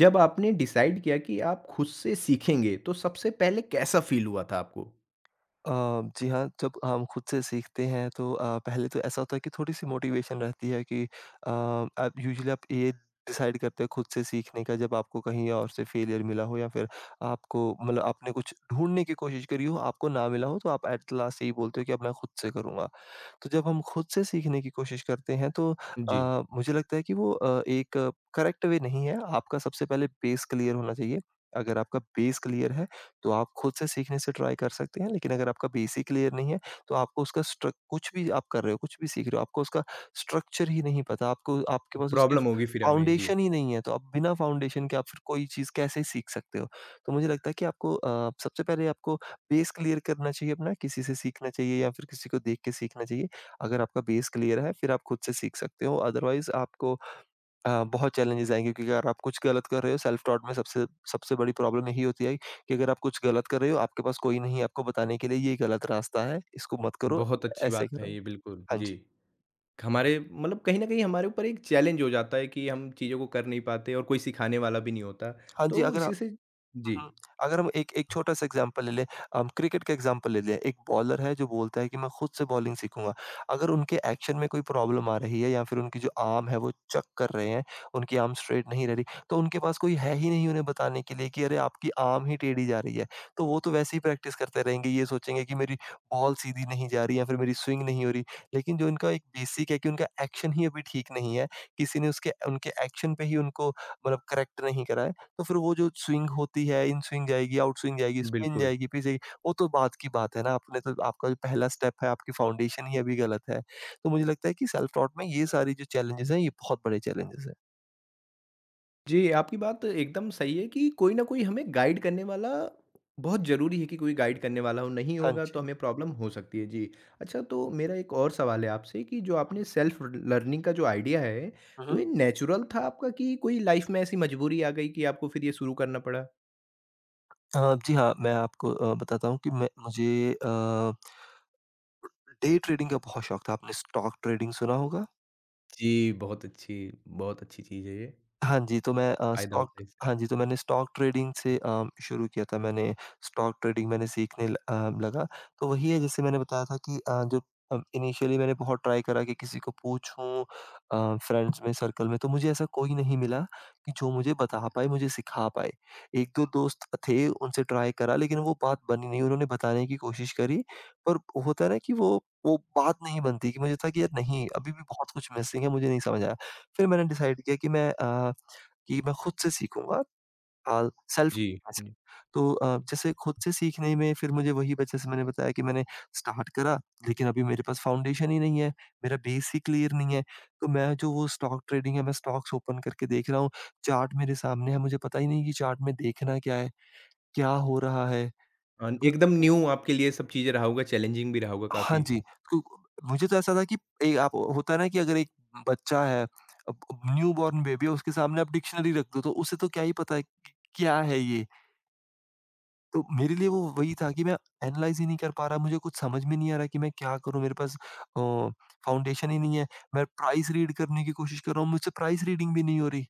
जब आपने डिसाइड किया कि आप खुद से सीखेंगे, तो सबसे पहले कैसा फ़ील हुआ था आपको? अ, जी हाँ, जब हम खुद से सीखते हैं तो पहले तो ऐसा होता है कि थोड़ी-सी मोटिवेशन रहती है कि आप यूजुअली आप ये डिसाइड करते हैं खुद से सीखने का जब आपको कहीं और से फेलियर मिला हो या फिर आपको मतलब आपने कुछ ढूँढने की कोशिश करी हो, आपको ना मिला हो तो आप एट द लास्ट यही बोलते हो कि अब मैं खुद से करूँगा। तो जब हम खुद से सीखने की कोशिश करते हैं तो जी। मुझे लगता है कि वो एक करेक्ट वे नहीं है। आपका सबसे पहले बेस क्लियर होना चाहिए। अगर आपका बेस क्लियर है तो आप खुद से सीखने से ट्राई कर सकते हैं, लेकिन अगर आपका बेसिक क्लियर नहीं है, तो आपको उसका स्ट्र कुछ भी आप कर रहे हो, कुछ भी सीख रहे हो, आपको उसका स्ट्रक्चर ही नहीं पता, आपको आपके पास उसकी प्रॉब्लम होगी फिर हमें, जी। फाउंडेशन ही नहीं है, तो आप बिना फाउंडेशन के आप फिर कोई चीज़ कैसे सीख सकते हो? तो मुझे लगता है कि आपको सबसे पहले आपको बेस क्लियर करना चाहिए अपना, किसी से सीखना चाहिए या फिर किसी को देख के सीखना चाहिए। अगर आपका बेस क्लियर है, फिर आप खुद से सीख सकते हो, अदरवाइज़ आपको बहुत चैलेंजेस आएँगे क्योंकि अगर आप कुछ गलत कर रहे हो सेल्फ टॉट में सबसे सबसे बड़ी प्रॉब्लम यही होती है कि अगर आप कुछ गलत कर रहे हो, आपके पास कोई नहीं है आपको बताने के लिए ये गलत रास्ता है, इसको मत करो, बहुत अच्छी ऐसे बात है करो। ये बिल्कुल, हाँ जी। जी। हमारे मतलब कहीं न कहीं हमारे ऊपर एक चैलेंज हो जाता है कि हम चीज़ों को कर नहीं पाते और कोई सिखाने वाला भी नहीं होता। हाँ जी, तो अगर इसी से जी, हुँ। अगर हम एक एक छोटा-सा एग्ज़ाम्पल ले लें, हम क्रिकेट का एग्ज़ाम्पल ले लें। एक बॉलर है जो बोलता है कि मैं खुद से बॉलिंग सीखूँगा। अगर उनके एक्शन में कोई प्रॉब्लम आ रही है या फिर उनकी जो आर्म है वो चक कर रहे हैं, उनकी आर्म स्ट्रेट नहीं रह रही, तो उनके पास कोई है ही नहीं उन्हें बताने के लिए कि अरे आपकी आर्म ही टेढ़ी जा रही है। तो वो वैसे ही प्रैक्टिस करते रहेंगे, ये सोचेंगे कि मेरी बॉल सीधी नहीं जा रही है या फिर मेरी स्विंग नहीं हो रही। लेकिन जो इनका एक बेसिक है कि उनका एक्शन ही अभी ठीक नहीं है, किसी ने उसके उनके एक्शन पे ही उनको मतलब करेक्ट नहीं करा है। तो फिर वो जो स्विंग होती है, इन स्विंग जाएगी, आउट स्विंग जाएगी, स्पिन बिल्कुल। जाएगी, फिर जाएगी, वो तो बाद की बात है ना, आपने तो आपका जो पहला स्टेप है, आपकी फाउंडेशन ही अभी गलत है। तो मुझे लगता है कि सेल्फ टॉट में ये सारी जो चैलेंजेज़ हैं, ये बहुत बड़े चैलेंजेज़ हैं। जी, आपकी बात एकदम सही है कि कोई ना कोई हमें गाइड करने वाला बहुत ज़रूरी है कि कोई गाइड करने वाला हो, नहीं हाँ होगा तो जी। हमें प्रॉब्लम हो सकती है, जी। अच्छा, तो मेरा एक और सवाल है आपसे कि जो हुँ, आपने हुँ। सेल्फ लर्निंग का जो आइडिया है, हुँ, तो हुँ। ये नेचुरल था आपका कि कोई लाइफ़ में ऐसी मजबूरी आ गई कि आपको फिर ये शुरू करना पड़ा? जी हाँ, मैं आपको बताता हूँ कि मैं मुझे डे ट्रेडिंग का बहुत शौक था। आपने स्टॉक ट्रेडिंग सुना होगा? जी, बहुत अच्छी चीज़ है ये, हाँ जी, तो मैं अ, फ़ायदा स्टॉक होता है हाँ इससे। जी, तो मैंने स्टॉक ट्रेडिंग से शुरू किया था। मैंने स्टॉक ट्रेडिंग मैंने सीखने लगा। तो वही है जैसे मैंने बताया था कि जो इनिशियली मैंने बहुत ट्राई करा कि किसी को पूछूँ फ्रेंड्स में, सर्कल में, तो मुझे ऐसा कोई नहीं मिला कि जो मुझे बता पाए, मुझे सिखा पाए। 1-2 दोस्त थे, उनसे ट्राई करा लेकिन वो बात बनी नहीं। उन्होंने बताने की कोशिश करी, पर होता है ना कि वो बात नहीं बनती कि मुझे था कि यार नहीं, अभी भी बहुत कुछ मिसिंग है, मुझे नहीं समझ आया। फिर मैंने डिसाइड किया कि मैं खुद से सीखूँगा अ, सेल्फ। जी, जी। तो जैसे खुद से सीखने में फिर मुझे वही ब जैसे मैंने बताया कि मैंने स्टार्ट करा, लेकिन अभी मेरे पास फाउंडेशन ही नहीं है, मेरा बेस ही क्लियर नहीं है। तो मैं जो वो स्टॉक ट्रेडिंग है, मैं स्टॉक्स ओपन करके देख रहा हूँ, चार्ट मेरे सामने है, मुझे पता ही नहीं कि चार्ट में देखना क्या है, क्या हो रहा है? अन एकदम न्यू आपके लिए सब चीज़ें रहा होगा, चैलेंजिंग भी रहा होगा हाँ काफ़ी। जी, तो मुझे तो ऐसा था कि ए आप होता है ना कि अगर एक बच्चा है, अब न्यूबॉर्न बेबी है, उसके सामने आप डिक्शनरी रख दो, तो उसे तो क्या ही पता है कि क्या है ये? तो मेरे लिए वो वही था कि मैं एनालाइज़ ही नहीं कर पा रहा, मुझे कुछ समझ में नहीं आ रहा कि मैं क्या करूँ? मेरे पास फाउंडेशन ही नहीं है। मैं प्राइस रीड करने की कोशिश कर रहा हूँ, मुझसे प्राइस रीडिंग भी नहीं हो रही।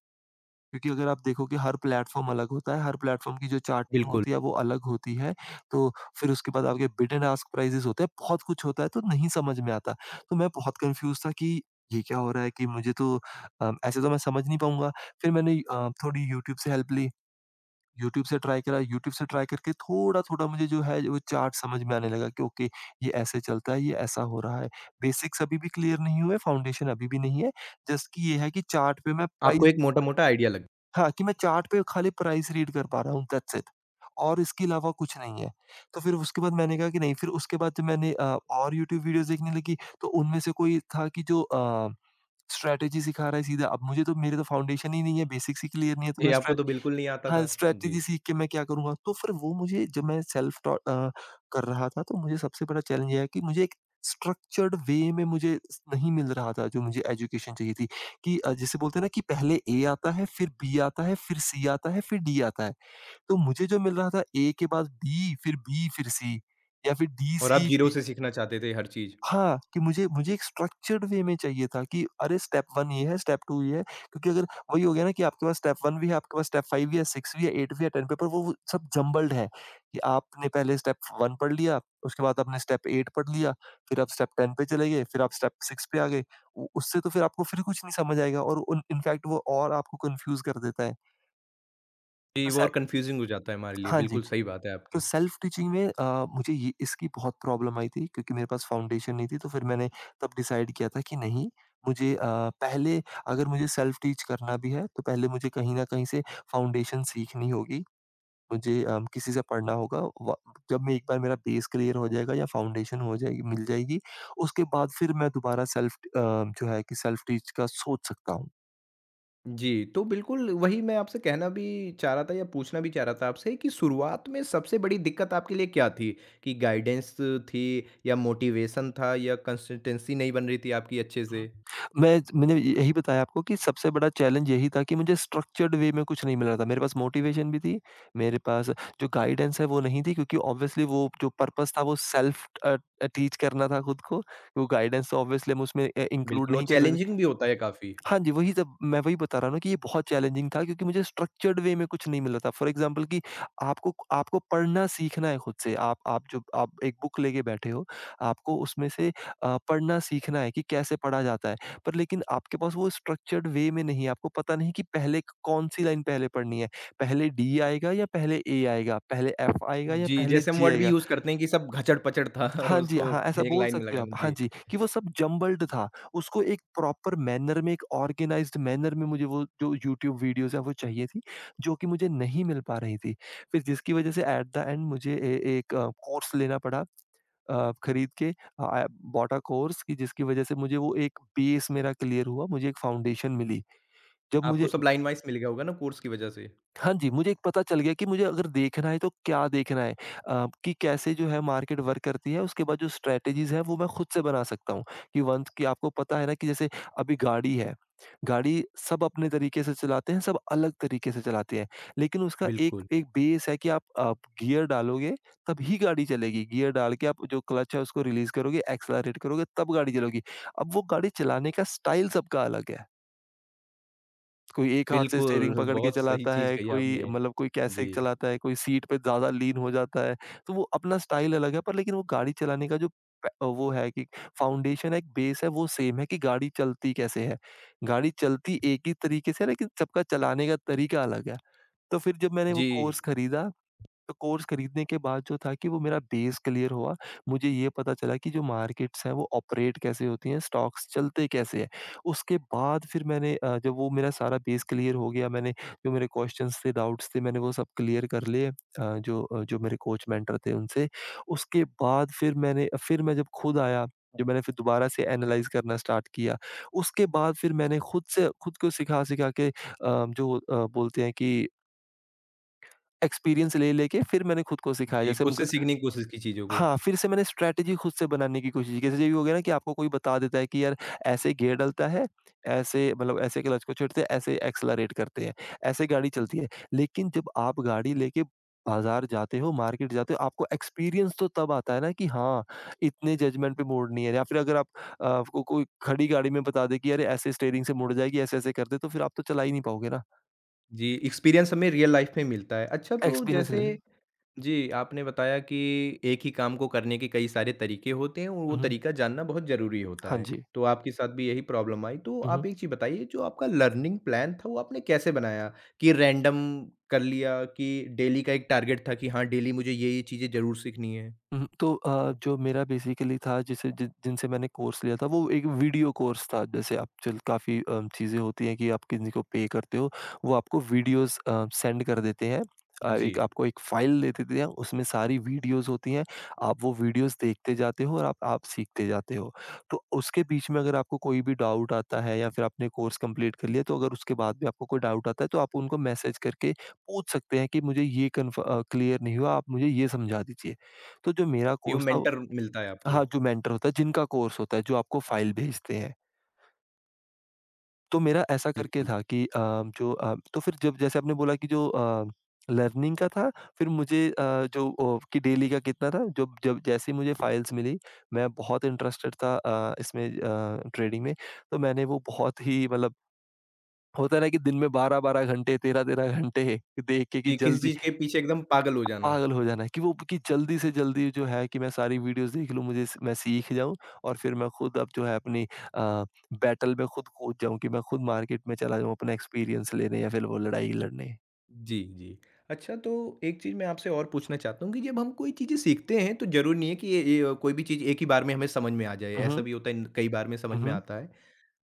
क्योंकि अगर आप देखो कि हर प्लेटफ़ॉर्म अलग होता है, हर प्लेटफ़ॉर्म की जो चार्टिंग बिल्कुल, होती है वो अलग होती है। तो फिर उसके बाद आपके बिड एंड आस्क प्राइसेज़ होते हैं, बहुत कुछ होता है तो नहीं समझ में आता। तो मैं बहुत कन्फ्यूज़ था कि ये क्या हो रहा है कि मुझे तो ऐसे तो मैं समझ नहीं पाऊँगा। फिर मैंने थोड़ी यूट्यूब से हेल्प ली। यूट्यूब से ट्राई करा, यूट्यूब से ट्राई करके थोड़ा-थोड़ा मुझे जो है वो चार्ट समझ में आने लगा कि ओके ये ऐसे चलता है, ये ऐसा हो रहा है। बेसिक्स अभी भी क्लियर नहीं हुए, फाउंडेशन अभी भी नहीं है। जस्ट कि ये है कि चार्ट पे मैं प्राइस आपको एक मोटा-मोटा आइडिया लग। हाँ, कि मैं चार्ट पे खाली प्राइस रीड कर पा रहा हूँ दैट्स इट और इसके अलावा कुछ नहीं है। तो फिर उसके बाद मैंने कहा कि नहीं फिर उसके बाद जब मैंने और यूट्यूब वीडियोज़ देखने लगी तो उनमें से कोई था कि जो स्ट्रैटेजी सिखा रहा है सीधा। अब मुझे तो मेरे तो फाउंडेशन ही नहीं है, बेसिक्स ही क्लियर नहीं है तो ये मैं आपको तो स्ट्रैटेजी बिल्कुल नहीं आता हाँ, था। स्ट्रैटेजी जी। सीख के मैं क्या करूँगा? तो फिर वो मुझे जब मैं कर रहा था तो मुझे सबसे बड़ा चैलेंज ये है कि मुझे एक स्ट्रक्चर्ड वे में मुझे स नहीं मिल रहा था जो मुझे एजुकेशन चाहिए थी कि जिसे बोलते हैं ना कि पहले ए आता है, फिर बी आता है, फिर सी आता है, फिर डी आता है। तो मुझे जो मिल रहा था ए के बाद बी, फिर सी या फिर डी, और आप सी, जीरो बी। से सीखना चाहते थे हर चीज़। हाँ, कि मुझे मुझे एक स्ट्रक्चर्ड वे में चाहिए था कि अरे स्टेप 1 ये है, स्टेप 2 ये है। क्योंकि अगर वही हो गया ना कि आपके पास स्टेप 1 भी है, आपके पास स्टेप 5 भी है, 6 भी है, 8 भी है, 10 पेपर वो सब जम्बल्ड है कि आपने पहले स्टेप 1 पढ़ लिया, उसके बाद आपने स्टेप 8 पढ़ लिया, फिर आप स्टेप 10 पे चले गए, फिर आप स्टेप 6 पे आ गए। उ उससे तो फिर आपको फिर कुछ नहीं समझ आएगा और उन इनफैक्ट वो और आपको कन्फ्यूज़ कर देता है। जी, तो वो और शायद कन्फ्यूज़िंग हो जाता है हमारे लिए, हाँ जी। बिल्कुल सही बात है तो आपकी। सेल्फ टीचिंग में मुझे ये इसकी बहुत प्रॉब्लम आई थी क्योंकि मेरे पास फाउंडेशन नहीं थी तो फिर मैंने तब डिसाइड किया था कि नहीं मुझे पहले अगर मुझे सेल्फ टीच करना भी है तो पहले मुझे कहीं ना कहीं से फाउंडेशन सीखनी होगी मुझे किसी से पढ़ना होगा वा- जब मैं एक बार मेरा बेस क्लियर हो जाएगा या फाउंडेशन हो जाएगी मिल जाएगी उसके बाद फिर मैं दोबारा सेल्फ जो है कि सेल्फ टीच का सोच सकता हूँ जी, तो बिल्कुल वही मैं आपसे कहना भी चाह रहा था या पूछना भी चाह रहा था आपसे कि शुरुआत में सबसे बड़ी दिक्कत आपके लिए क्या थी? कि गाइडेंस थी या मोटिवेशन था या कंसिस्टेंसी नहीं बन रही थी आपकी अच्छे हुँ। से? मैंने यही बताया आपको कि सबसे बड़ा चैलेंज यही था कि मुझे स्ट्रक्चर्ड वे में कुछ नहीं मिल रहा था। मेरे पास मोटिवेशन भी थी, मेरे पास जो गाइडेंस है वो नहीं थी क्योंकि ऑब्वियसली वो जो पर्पज़ था वो सेल्फ टीच करना था खुद को। वो गाइडेंस तो ऑब्वियसली हम उसमें इंक्लूड बिल्कुल, और नहीं कर सकते। चैलेंजिंग भी होता है काफ़ी। हाँ जी, वही सब मैं वही बता रहा हूँ ना कि ये बहुत चैलेंजिंग था क्योंकि मुझे स्ट्रक्चर्ड वे में कुछ नहीं मिला था। फॉर एग्ज़ाम्पल कि आपको आपको पढ़ना सीखना है खुद से। आप एक बुक लेके बैठे हो, आपको उसमें से पढ़ना सीखना है कि कैसे पढ़ा जाता है। पर लेकिन आपके पास वो स्ट्रक्चर्ड वे में नहीं है, आपको पता नहीं कि पहले कौन-सी लाइन पहले पढ़नी है। पहले डी आएगा या पहले ए आएगा, पहले एफ आएगा या जी, पहले जैसे हम जी वर्ड भी आएगा। यूज़ करते हैं कि सब घचड़-पचड़ था हाँ और जी, उसको हाँ, ऐसा एक बोल लाइन में सकते हो आप। लगाना। हाँ जी, जी, कि वो सब जम्बल्ड था। उसको एक प्रॉपर मैनर में, एक ऑर्गेनाइज़्ड मैनर में मुझे वो जो यूट्यूब वीडियोज़ हैं, वो चाहिए थी, जो कि मुझे नहीं मिल पा रही थी। फिर जिसकी वज़ह से एट द एंड मुझे ए एक कोर्स लेना पड़ा खरीद के। आई बॉट अ कोर्स कि जिसकी वज़ह से मुझे वो एक बेस मेरा क्लियर हुआ, मुझे एक फाउंडेशन मिली। जब आपको मुझे सब लाइन वाइज़ मिल गया होगा ना कोर्स की वजह से? हाँ जी, मुझे एक पता चल गया कि मुझे अगर देखना है तो क्या देखना है कि कैसे जो है मार्केट वर्क करती है, उसके बाद जो स्ट्रैटेजीज़ हैं वो मैं खुद से बना सकता हूँ। कि वंस कि आपको पता है ना कि जैसे अभी गाड़ी है, गाड़ी सब अपने तरीके से चलाते हैं, सब अलग तरीके से चलाते हैं। लेकिन उसका एक बिल्कुल, एक बेस है कि आप गियर डालोगे तभी गाड़ी चलेगी, गियर डाल के आप जो क्लच है उसको रिलीज़ करोगे, एक्सेलरेट करोगे तब गाड़ी चलेगी। अब वो गाड़ी चलाने का स्टाइल सबका अलग है। कोई एक हाथ से स्टीयरिंग बिल्कुल, पकड़ के बहुत सही चलाता चीज़ है, कही कोई आपने। मतलब कोई कैसे जी, चलाता है, कोई सीट पे ज़्यादा लीन हो जाता है। तो वो अपना स्टाइल अलग है पर लेकिन वो गाड़ी चलाने का जो प वो है कि फाउंडेशन है, एक बेस है वो सेम है कि गाड़ी चलती कैसे है। गाड़ी चलती एक ही तरीके से है लेकिन सबका चलाने का तरीका अलग है। तो फिर जब मैंने वो जी, कोर्स खरीदा तो कोर्स खरीदने के बाद जो था कि वो मेरा बेस क्लियर हुआ। मुझे ये पता चला कि जो मार्केट्स हैं वो ऑपरेट कैसे होती हैं, स्टॉक्स चलते कैसे हैं। उसके बाद फिर जब वो मेरा सारा बेस क्लियर हो गया मैंने जो मेरे क्वेश्चन्स थे, डाउट्स थे मैंने वो सब क्लियर कर लिए, जो मेरे कोच मेंटर थे उनसे। उसके बाद फिर मैं जब खुद आया, जब मैंने फिर दोबारा से एनालाइज़ करना स्टार्ट किया। उसके बाद फिर मैंने खुद से खुद को सिखा-सिखा के, जो बोलते हैं कि एक्सपीरियंस ले लेके फिर मैंने खुद को सिखाया जी, जैसे खुद हम ग से सीखने की कोशिश की चीज़ों को। हाँ, फिर से मैंने स्ट्रैटेजी खुद से बनाने की कोशिश की। जैसे ये हो गया ना कि आपको कोई बता देता है कि यार ऐसे गियर डलता है, ऐसे मतलब ऐसे क्लच को छेड़ते हैं, ऐसे एक्सेलरेट करते हैं, ऐसे गाड़ी चलती है। लेकिन जब आप गाड़ी लेके बाज़ार जाते हो, मार्केट जाते हो, आपको एक्सपीरियंस तो तब आता है ना कि हाँ, इतने जजमेंट पे मोड़नी है या फिर अगर आपको कोई खड़ी गाड़ी में बता दे कि अरे ऐसे स्टीयरिंग से मुड़ जाएगी, ऐसे-ऐसे कर दे, तो फिर आप तो चला ही नहीं पाओगे ना। जी, एक्सपीरियंस हमें रियल लाइफ़ में मिलता है। अच्छा, तो एक्सपीरियंस जैसे रहेगा। जी, आपने बताया कि एक ही काम को करने के कई सारे तरीके होते हैं और वो हुँ, हुँ। तरीका जानना बहुत ज़रूरी होता हाँ है। जी। तो आपके साथ भी यही प्रॉब्लम आई। तो हुँ, आप हुँ। एक चीज़ बताइए जो आपका लर्निंग प्लान था वो आपने कैसे बनाया? कि रैंडम कर लिया कि डेली का एक टारगेट था कि हाँ, डेली मुझे ये-ये चीज़ें ज़रूर सीखनी है? हुँ, तो जो मेरा बेसिकली था जिसे जि जिनसे मैंने कोर्स लिया था वो एक वीडियो कोर्स था। जैसे आप चल काफ़ी अ, चीज़ें होती हैं कि आप किसी को पे करते हो, वो आपको वीडियोज़ सेंड कर देते हैं। जी, एक आपको एक फ़ाइल दे देते हैं, उसमें सारी वीडियोज़ होती हैं। आप वो वीडियोज़ देखते जाते हो और आप सीखते जाते हो। तो उसके बीच में अगर आपको कोई भी डाउट आता है या फिर आपने कोर्स कंप्लीट कर लिया, तो अगर उसके बाद भी आपको कोई डाउट आता है तो आप उनको मैसेज करके पूछ सकते हैं कि मुझे ये क्लियर नहीं हुआ, आप मुझे ये समझा दीजिए। तो जो मेरा ये वो कोर्स था। मेंटर मिलता है आपको। हाँ, जो मेंटर होता है, जिनका कोर्स होता है, जो आपको फ़ाइल भेजते हैं। तो मेरा ऐसा करके बिल्कुल। था कि तो फिर जब जैसे आपने बोला कि जो लर्निंग का था, फिर मुझे, जो ओ कि डेली का कितना था, जब जब जैसे ही मुझे फ़ाइल्स मिली, मैं बहुत इंटरेस्टेड था इसमें, ट्रेडिंग में। तो मैंने वो बहुत ही मतलब होता है ना कि दिन में 12-12 घंटे, 13-13 घंटे देख के कि जी, किसी जल्दी चीज़ के पीछे एकदम पागल हो जाना। पागल हो जाना है कि वो कि जल्दी से जल्दी जो है कि मैं सारी वीडियोस देख लूँ, मुझे मैं सीख जाऊँ और फिर मैं खुद अब जो है अपनी बैटल में खुद कूद जाऊँ कि मैं खुद मार्केट में चला जाऊँ अपना एक्सपीरियंस लेने या फिर वो लड़ाई लड़ने। जी, जी। अच्छा, तो एक चीज़ मैं आपसे और पूछना चाहता हूँ कि जब हम कोई चीज़ें सीखते हैं तो ज़रूरी नहीं है कि ये कोई भी चीज़ एक ही बार में हमें समझ में आ जाए, हुँ, ऐसा हुँ। भी होता है कई बार में हुँ, समझ में हुँ। आता है।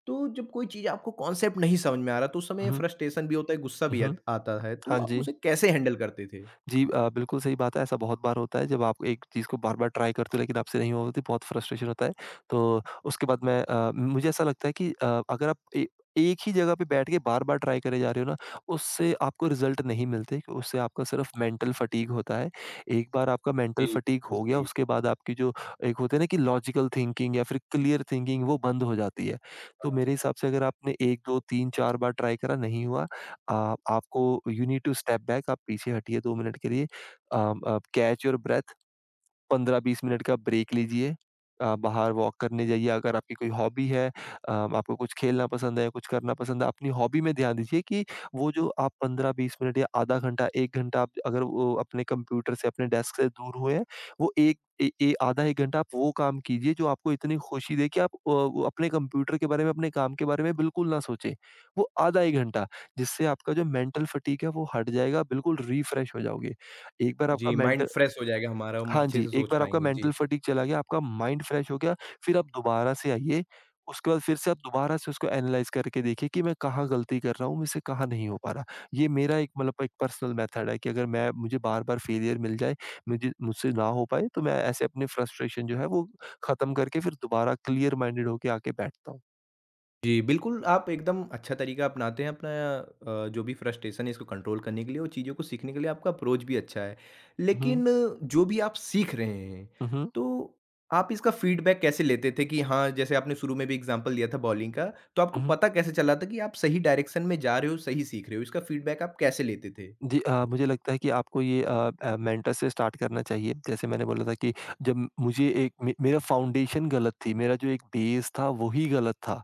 तो जब कोई चीज़ आपको कॉन्सेप्ट नहीं समझ में आ रहा तो उस हुँ, समय हुँ। फ्रस्ट्रेशन भी होता है, गुस्सा हुँ, भी हुँ। आत आता है, तो हाँ आप जी। उसे कैसे हैंडल करते थे? जी, बिल्कुल सही बात है। ऐसा बहुत बार होता है जब आप एक चीज़ को बार-बार ट्राई करते हो लेकिन आपसे नहीं होती, बहुत फ्रस्ट्रेशन होता है। तो उसके बाद मुझे ऐसा लगता है कि अगर आप ए एक ही जगह पे बैठ के बार-बार ट्राई करे जा रहे हो ना, उससे आपको रिज़ल्ट नहीं मिलते, उससे आपका सिर्फ मेंटल फटीग होता है। एक बार आपका मेंटल जी, फटीग बिल्कुल हो गया, सही। उसके बाद आपकी जो एक होते है ना कि लॉजिकल थिंकिंग या फिर क्लियर थिंकिंग वो बंद हो जाती है। तो हाँ। मेरे हिसाब से अगर आपने 1, 2, 3, 4 बार ट्राई करा, नहीं हुआ आप आपको you need to step back आप पीछे हटिए 2 मिनट के लिए, कैच योर ब्रेथ 15-20 मिनट का ब्रेक लीजिए। बाहर वॉक करने जाइए अगर आपकी कोई हॉबी है, आपको कुछ खेलना पसंद है, कुछ करना पसंद है, अपनी हॉबी में ध्यान दीजिए कि वो जो आप 15-20 मिनट या आधा घंटा, 1 घंटा आप अगर वो अपने कंप्यूटर से, अपने डेस्क से दूर हुए हैं, वो एक ए ए आधा 1 घंटा आप वो काम कीजिए जो आपको इतनी खुशी दे कि आप वो अपने कंप्यूटर के बारे में, अपने काम के बारे में बिल्कुल ना सोचें। वो आधा 1 घंटा, जिससे आपका जो मेंटल फटीग है वो हट जाएगा, बिल्कुल रिफ्रेश हो जाओगे। एक बार आपका जी, माइंड मेंटल फ्रेश हो जाएगा हमारा, हम हाँ अच्छे जी, से एक सोच बार आपका पाएँगे। मेंटल जी। फटीग चला गया, आपका माइंड फ्रेश हो गया, फिर आप दोबारा से आइए, उसके बाद फिर से आप दोबारा से उसको एनालाइज़ करके देखिए कि मैं कहाँ गलती कर रहा हूँ, मुझसे कहाँ नहीं हो पा रहा। ये मेरा एक मतलब एक पर्सनल मेथड है कि अगर मैं मुझे बार-बार फेलियर मिल जाए, मुझे मुझसे ना हो पाए, तो मैं ऐसे अपने फ्रस्ट्रेशन जो है वो ख़त्म करके फिर दोबारा क्लियर माइंडेड होके आके बैठता हूँ। जी, बिल्कुल, आप एकदम अच्छा तरीका अपनाते हैं अपना जो भी फ्रस्ट्रेशन है इसको कंट्रोल करने के लिए और चीज़ों को सीखने के लिए आपका अप्रोच भी अच्छा है। हुँ, लेकिन जो भी आप सीख रहे हैं, हुँ, हुँ, तो आप इसका फीडबैक कैसे लेते थे कि हाँ, जैसे आपने शुरू में भी एग्ज़ाम्पल दिया था बॉलिंग का, तो आपको हुँ। पता कैसे चला था कि आप सही डायरेक्शन में जा रहे हो, सही सीख रहे हो? इसका फीडबैक आप कैसे लेते थे? जी, मुझे लगता है कि आपको ये मेंटर से स्टार्ट करना चाहिए। जैसे मैंने बोला था कि जब मुझे एक मे मेरा फाउंडेशन गलत थी, मेरा जो एक बेस था वही गलत था।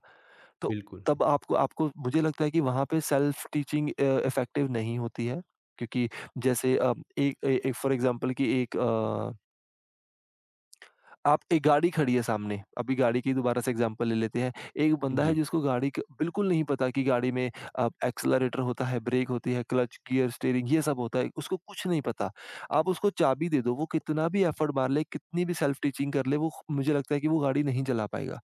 तो बिल्कुल, तब आपको आपको मुझे लगता है कि वहाँ पे सेल्फ टीचिंग इफेक्टिव नहीं होती है। क्योंकि जैसे, एक ए एक फॉर एग्ज़ाम्पल कि एक अ आप एक गाड़ी खड़ी है सामने, अभी गाड़ी की दोबारा से एग्ज़ाम्पल ले लेते हैं। एक बंदा है जी, जिसको गाड़ी क बिल्कुल नहीं पता कि गाड़ी में, एक्सेलरेटर होता है, ब्रेक होती है, क्लच, गियर, स्टीयरिंग ये सब होता है, उसको कुछ नहीं पता। आप उसको चाबी दे दो, वो कितना भी एफर्ट मार ले, कितनी भी सेल्फ टीचिंग कर ले, वो मुझे लगता है कि वो गाड़ी नहीं चला पाएगा।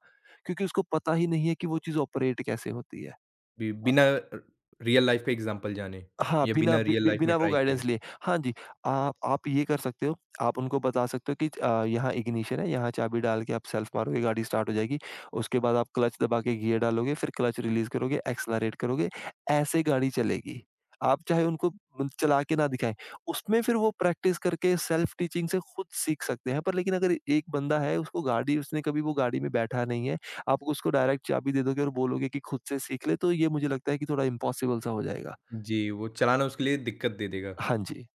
क्योंकि उसको पता ही नहीं है कि वो चीज़ ऑपरेट कैसे होती है। बि बिना रियल लाइफ़ का एग्ज़ाम्पल जाने हाँ, या बिना बिना बि रियल बि लाइफ़ में बिना वो ट्राई किए। गाइडेंस लिए। हाँ जी, आप ये कर सकते हो, आप उनको बता सकते हो कि यहाँ इग्निशन है, यहाँ चाबी डाल के आप सेल्फ मारोगे, गाड़ी स्टार्ट हो जाएगी। उसके बाद आप क्लच दबा के गियर डालोगे, फिर क्लच रिलीज़ करोगे, एक्सेलरेट करोगे, ऐसे गाड़ी चलेगी। आप चाहे उनको चला के ना दिखाएँ। उसमें फिर वो प्रैक्टिस करके सेल्फ टीचिंग से खुद सीख सकते हैं। पर लेकिन अगर एक बंदा है, उसको गाड़ी उसने कभी वो गाड़ी में बैठा नहीं है, आप उसको डायरेक्ट चाबी दे दोगे और बोलोगे कि खुद से सीख ले, तो ये मुझे लगता है कि थोड़ा इम्पॉसिबल सा हो जाएगा। जी, वो चलाना उसके लिए दिक्कत दे देगा। हाँ जी।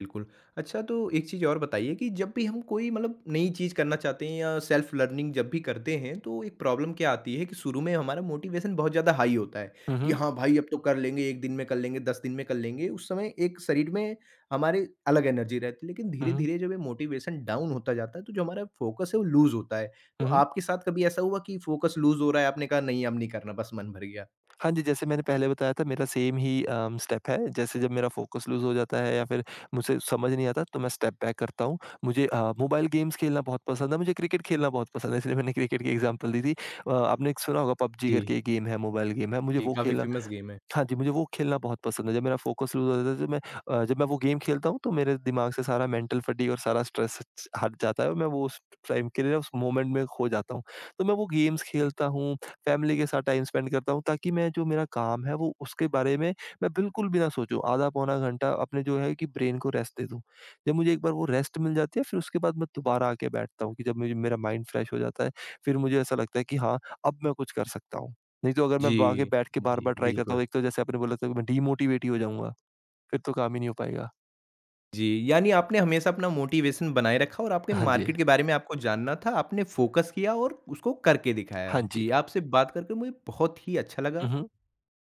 बिल्कुल। अच्छा, तो एक चीज़ और बताइए कि जब भी हम कोई मतलब नई चीज़ करना चाहते हैं या सेल्फ लर्निंग जब भी करते हैं तो एक प्रॉब्लम क्या आती है कि शुरू में हमारा मोटिवेशन बहुत ज़्यादा हाई होता है हुँ, कि हुँ। हाँ भाई, अब तो कर लेंगे, एक दिन में कर लेंगे, 10 दिन में कर लेंगे, उस समय एक शरीर में हमारे अलग एनर्जी रहती है, लेकिन हुँ, धीरे हुँ। धीरे जब ये मोटिवेशन डाउन होता जाता है तो जो हमारा फोकस है वो लूज़ होता है। तो हुँ, हुँ। आपके साथ कभी ऐसा हुआ कि फोकस लूज़ हो रहा है, आपने कहा नहीं, अब नहीं करना, बस मन भर गया? हाँ जी, जैसे मैंने पहले बताया था मेरा सेम ही स्टेप है। जैसे जब मेरा फ़ोकस लूज़ हो जाता है या फिर मुझसे समझ नहीं आता तो मैं स्टेप बैक करता हूँ। मुझे मोबाइल गेम्स खेलना बहुत पसंद है, मुझे क्रिकेट खेलना बहुत पसंद है इसलिए मैंने क्रिकेट की एग्ज़ाम्पल दी थी। आपने एक सुना होगा पबजी जी। करके एक गेम है, मोबाइल गेम है, मुझे जी, वो काफ़ी खेलना फेमस गेम है। हाँ जी, मुझे वो खेलना बहुत पसंद है। जब मेरा फ़ोकस लूज़ हो जाता है तो जब मैं वो गेम खेलता हूँ तो मेरे दिमाग से सारा मेंटल फटीग और सारा स्ट्रेस च हट जाता है और मैं वो उस टाइम के लिए उस मोमेंट में खो जाता हूँ। तो मैं वो गेम्स खेलता हूँ, फैमिली के साथ टाइम स्पेंड करता हूँ ताकि मैं जो मेरा काम है वो उसके बारे में मैं बिल्कुल भी ना सोचूँ। आधा पौना घंटा अपने जो है कि ब्रेन को रेस्ट दे दूँ। जब मुझे एक बार वो रेस्ट मिल जाती है फिर उसके बाद मैं दोबारा आके बैठता हूँ कि जब मुझे मेरा माइंड फ्रेश हो जाता है, फिर मुझे ऐसा लगता है कि हाँ, अब मैं कुछ कर सकता हूँ। नहीं तो अगर मैं आगे जी, बैठ के जी, बार-बार ट्राई करता बिल्कुल। हूँ, एक तो जैसे आपने बोला था कि मैं डीमोटिवेट ही हो जाऊँगा, फिर तो काम ही नहीं हो पाएगा। जी, यानी आपने हमेशा अपना मोटिवेशन बनाए रखा और आपके हाँ जी, मार्केट के बारे में आपको जानना था, आपने फ़ोकस किया और उसको करके दिखाया। हाँ जी। जी, आपसे बात करके मुझे बहुत ही अच्छा हुँ, लगा। हुँ।